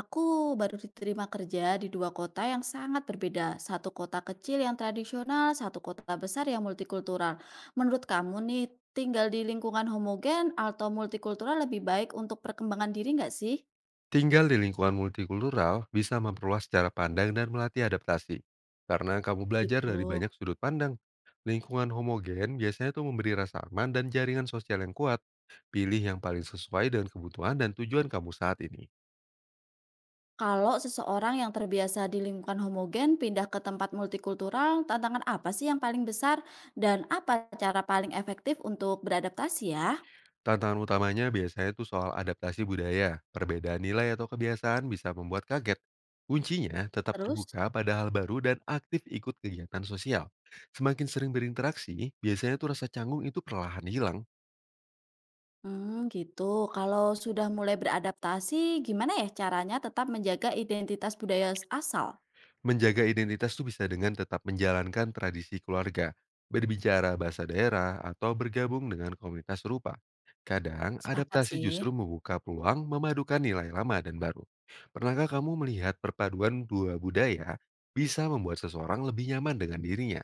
Aku baru diterima kerja di dua kota yang sangat berbeda. Satu kota kecil yang tradisional, satu kota besar yang multikultural. Menurut kamu nih, tinggal di lingkungan homogen atau multikultural lebih baik untuk perkembangan diri nggak sih? Tinggal di lingkungan multikultural bisa memperluas cara pandang dan melatih adaptasi. Karena kamu belajar Gitu. dari banyak sudut pandang. Lingkungan homogen biasanya tuh memberi rasa aman dan jaringan sosial yang kuat. Pilih yang paling sesuai dengan kebutuhan dan tujuan kamu saat ini. Kalau seseorang yang terbiasa di lingkungan homogen pindah ke tempat multikultural, tantangan apa sih yang paling besar dan apa cara paling efektif untuk beradaptasi ya? Tantangan utamanya biasanya tuh soal adaptasi budaya. Perbedaan nilai atau kebiasaan bisa membuat kaget. Kuncinya tetap Terus? terbuka pada hal baru dan aktif ikut kegiatan sosial. Semakin sering berinteraksi, biasanya tuh rasa canggung itu perlahan hilang. Gitu. Kalau sudah mulai beradaptasi, gimana ya caranya tetap menjaga identitas budaya asal? Menjaga identitas tuh bisa dengan tetap menjalankan tradisi keluarga, berbicara bahasa daerah, atau bergabung dengan komunitas serupa. Kadang, Sepakat adaptasi sih. justru membuka peluang memadukan nilai lama dan baru. Pernahkah kamu melihat perpaduan dua budaya bisa membuat seseorang lebih nyaman dengan dirinya?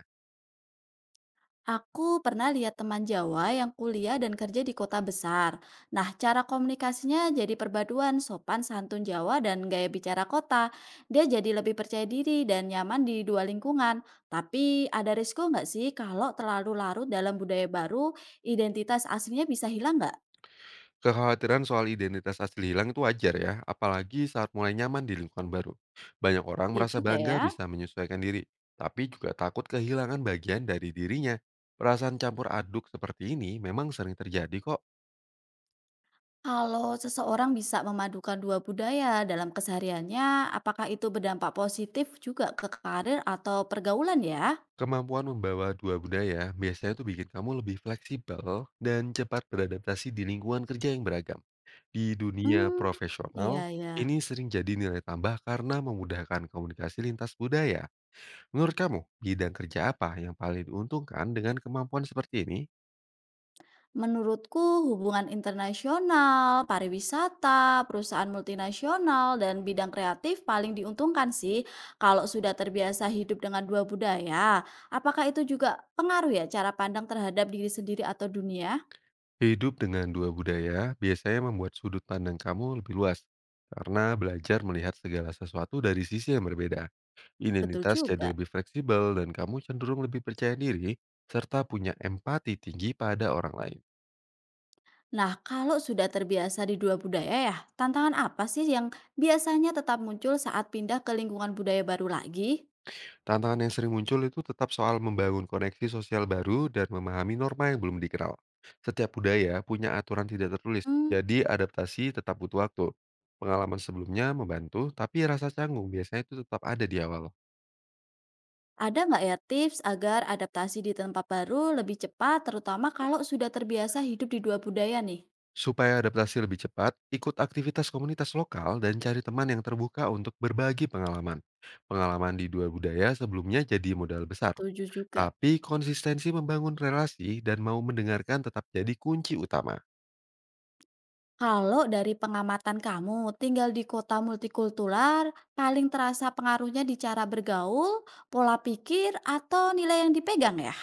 Aku pernah lihat teman Jawa yang kuliah dan kerja di kota besar. Nah, cara komunikasinya jadi perpaduan sopan santun Jawa dan gaya bicara kota. Dia jadi lebih percaya diri dan nyaman di dua lingkungan. Tapi ada risiko nggak sih kalau terlalu larut dalam budaya baru, identitas aslinya bisa hilang nggak? Kekhawatiran soal identitas asli hilang itu wajar ya, apalagi saat mulai nyaman di lingkungan baru. Banyak orang Iya merasa juga ya. bangga bisa menyesuaikan diri, tapi juga takut kehilangan bagian dari dirinya. Perasaan campur aduk seperti ini memang sering terjadi kok. Kalau seseorang bisa memadukan dua budaya dalam kesehariannya, apakah itu berdampak positif juga ke karir atau pergaulan ya? Kemampuan membawa dua budaya biasanya tuh bikin kamu lebih fleksibel dan cepat beradaptasi di lingkungan kerja yang beragam. Di dunia Hmm, iya profesional, ya. ini sering jadi nilai tambah karena memudahkan komunikasi lintas budaya. Menurut kamu, bidang kerja apa yang paling diuntungkan dengan kemampuan seperti ini? Menurutku hubungan internasional, pariwisata, perusahaan multinasional, dan bidang kreatif paling diuntungkan sih kalau sudah terbiasa hidup dengan dua budaya. Apakah itu juga pengaruh ya cara pandang terhadap diri sendiri atau dunia? Hidup dengan dua budaya biasanya membuat sudut pandang kamu lebih luas karena belajar melihat segala sesuatu dari sisi yang berbeda. Betul Identitas jadi juga. lebih fleksibel dan kamu cenderung lebih percaya diri serta punya empati tinggi pada orang lain. Nah, kalau sudah terbiasa di dua budaya ya, tantangan apa sih yang biasanya tetap muncul saat pindah ke lingkungan budaya baru lagi? Tantangan yang sering muncul itu tetap soal membangun koneksi sosial baru dan memahami norma yang belum dikenal. Setiap budaya punya aturan tidak tertulis, Hmm. jadi adaptasi tetap butuh waktu. Pengalaman sebelumnya membantu, tapi rasa canggung biasanya itu tetap ada di awal. Ada nggak ya tips agar adaptasi di tempat baru lebih cepat, terutama kalau sudah terbiasa hidup di dua budaya nih? Supaya adaptasi lebih cepat, ikut aktivitas komunitas lokal dan cari teman yang terbuka untuk berbagi pengalaman. Pengalaman di dua budaya sebelumnya jadi modal besar, Setuju juga. tapi konsistensi membangun relasi dan mau mendengarkan tetap jadi kunci utama. Kalau dari pengamatan kamu tinggal di kota multikultural, paling terasa pengaruhnya di cara bergaul, pola pikir, atau nilai yang dipegang ya?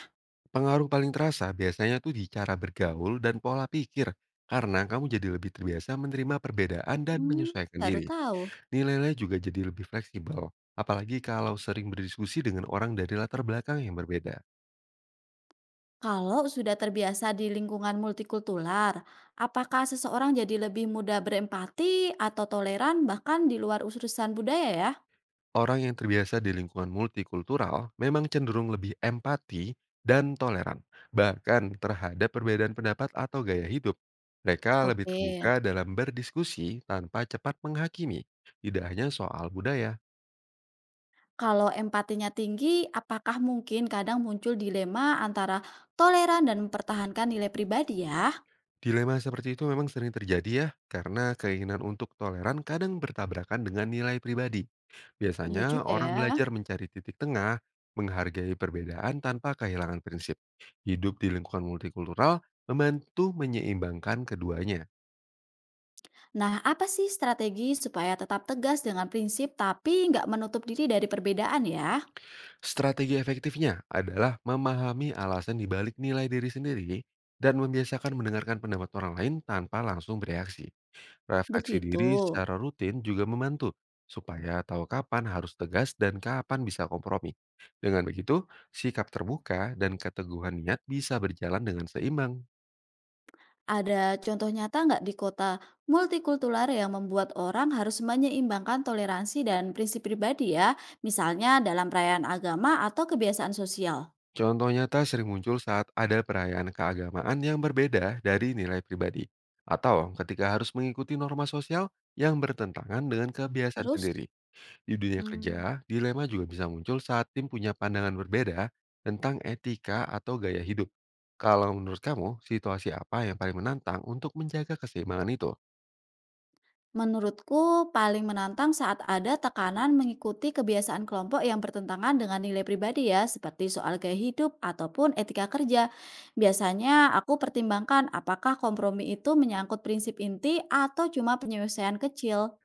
Pengaruh paling terasa biasanya tuh di cara bergaul dan pola pikir, karena kamu jadi lebih terbiasa menerima perbedaan dan Hmm, menyesuaikan baru diri. tahu. Nilai-nilai juga jadi lebih fleksibel, apalagi kalau sering berdiskusi dengan orang dari latar belakang yang berbeda. Kalau sudah terbiasa di lingkungan multikultural, apakah seseorang jadi lebih mudah berempati atau toleran bahkan di luar urusan budaya ya? Orang yang terbiasa di lingkungan multikultural memang cenderung lebih empati dan toleran, bahkan terhadap perbedaan pendapat atau gaya hidup. Mereka lebih Oke, terbuka dalam berdiskusi tanpa cepat menghakimi, tidak hanya soal budaya. kalau empatinya tinggi, apakah mungkin kadang muncul dilema antara toleran dan mempertahankan nilai pribadi ya? Dilema seperti itu memang sering terjadi ya, karena keinginan untuk toleran kadang bertabrakan dengan nilai pribadi. Iya Biasanya juga ya. orang belajar mencari titik tengah, menghargai perbedaan tanpa kehilangan prinsip. Hidup di lingkungan multikultural membantu menyeimbangkan keduanya. Nah, apa sih strategi supaya tetap tegas dengan prinsip tapi nggak menutup diri dari perbedaan ya? Strategi efektifnya adalah memahami alasan dibalik nilai diri sendiri dan membiasakan mendengarkan pendapat orang lain tanpa langsung bereaksi. Refleksi Begitu. diri secara rutin juga membantu, supaya tahu kapan harus tegas dan kapan bisa kompromi. Dengan begitu, sikap terbuka dan keteguhan niat bisa berjalan dengan seimbang. Ada contoh nyata nggak di kota multikultural yang membuat orang harus menyeimbangkan toleransi dan prinsip pribadi ya, misalnya dalam perayaan agama atau kebiasaan sosial? Contoh nyata sering muncul saat ada perayaan keagamaan yang berbeda dari nilai pribadi, atau ketika harus mengikuti norma sosial yang bertentangan dengan kebiasaan Terus? sendiri. Di dunia Hmm, kerja, dilema juga bisa muncul saat tim punya pandangan berbeda tentang etika atau gaya hidup. Kalau menurut kamu, situasi apa yang paling menantang untuk menjaga keseimbangan itu? menurutku paling menantang saat ada tekanan mengikuti kebiasaan kelompok yang bertentangan dengan nilai pribadi ya, seperti soal gaya hidup ataupun etika kerja. Biasanya aku pertimbangkan apakah kompromi itu menyangkut prinsip inti atau cuma penyelesaian kecil.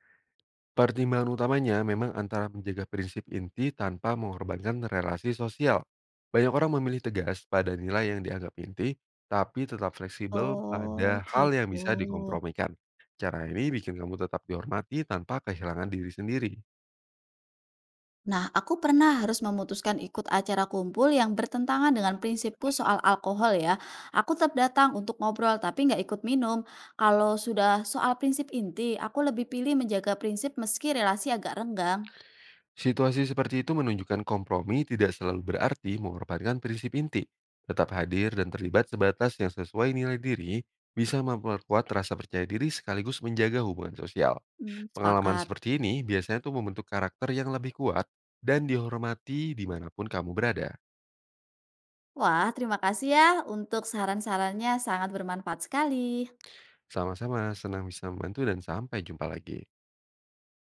Pertimbangan utamanya memang antara menjaga prinsip inti tanpa mengorbankan relasi sosial. Banyak orang memilih tegas pada nilai yang dianggap inti, tapi tetap fleksibel Oh, pada hal yang bisa gitu. dikompromikan. Cara ini bikin kamu tetap dihormati tanpa kehilangan diri sendiri. Nah, aku pernah harus memutuskan ikut acara kumpul yang bertentangan dengan prinsipku soal alkohol ya. Aku tetap datang untuk ngobrol tapi nggak ikut minum. Kalau sudah soal prinsip inti, aku lebih pilih menjaga prinsip meski relasi agak renggang. Situasi seperti itu menunjukkan kompromi tidak selalu berarti mengorbankan prinsip inti. Tetap hadir dan terlibat sebatas yang sesuai nilai diri bisa memperkuat rasa percaya diri sekaligus menjaga hubungan sosial. Hmm, Pengalaman sepakat. seperti ini biasanya tuh membentuk karakter yang lebih kuat dan dihormati dimanapun kamu berada. Wah, terima kasih ya untuk saran-sarannya sangat bermanfaat sekali. Sama-sama, senang bisa membantu dan sampai jumpa lagi.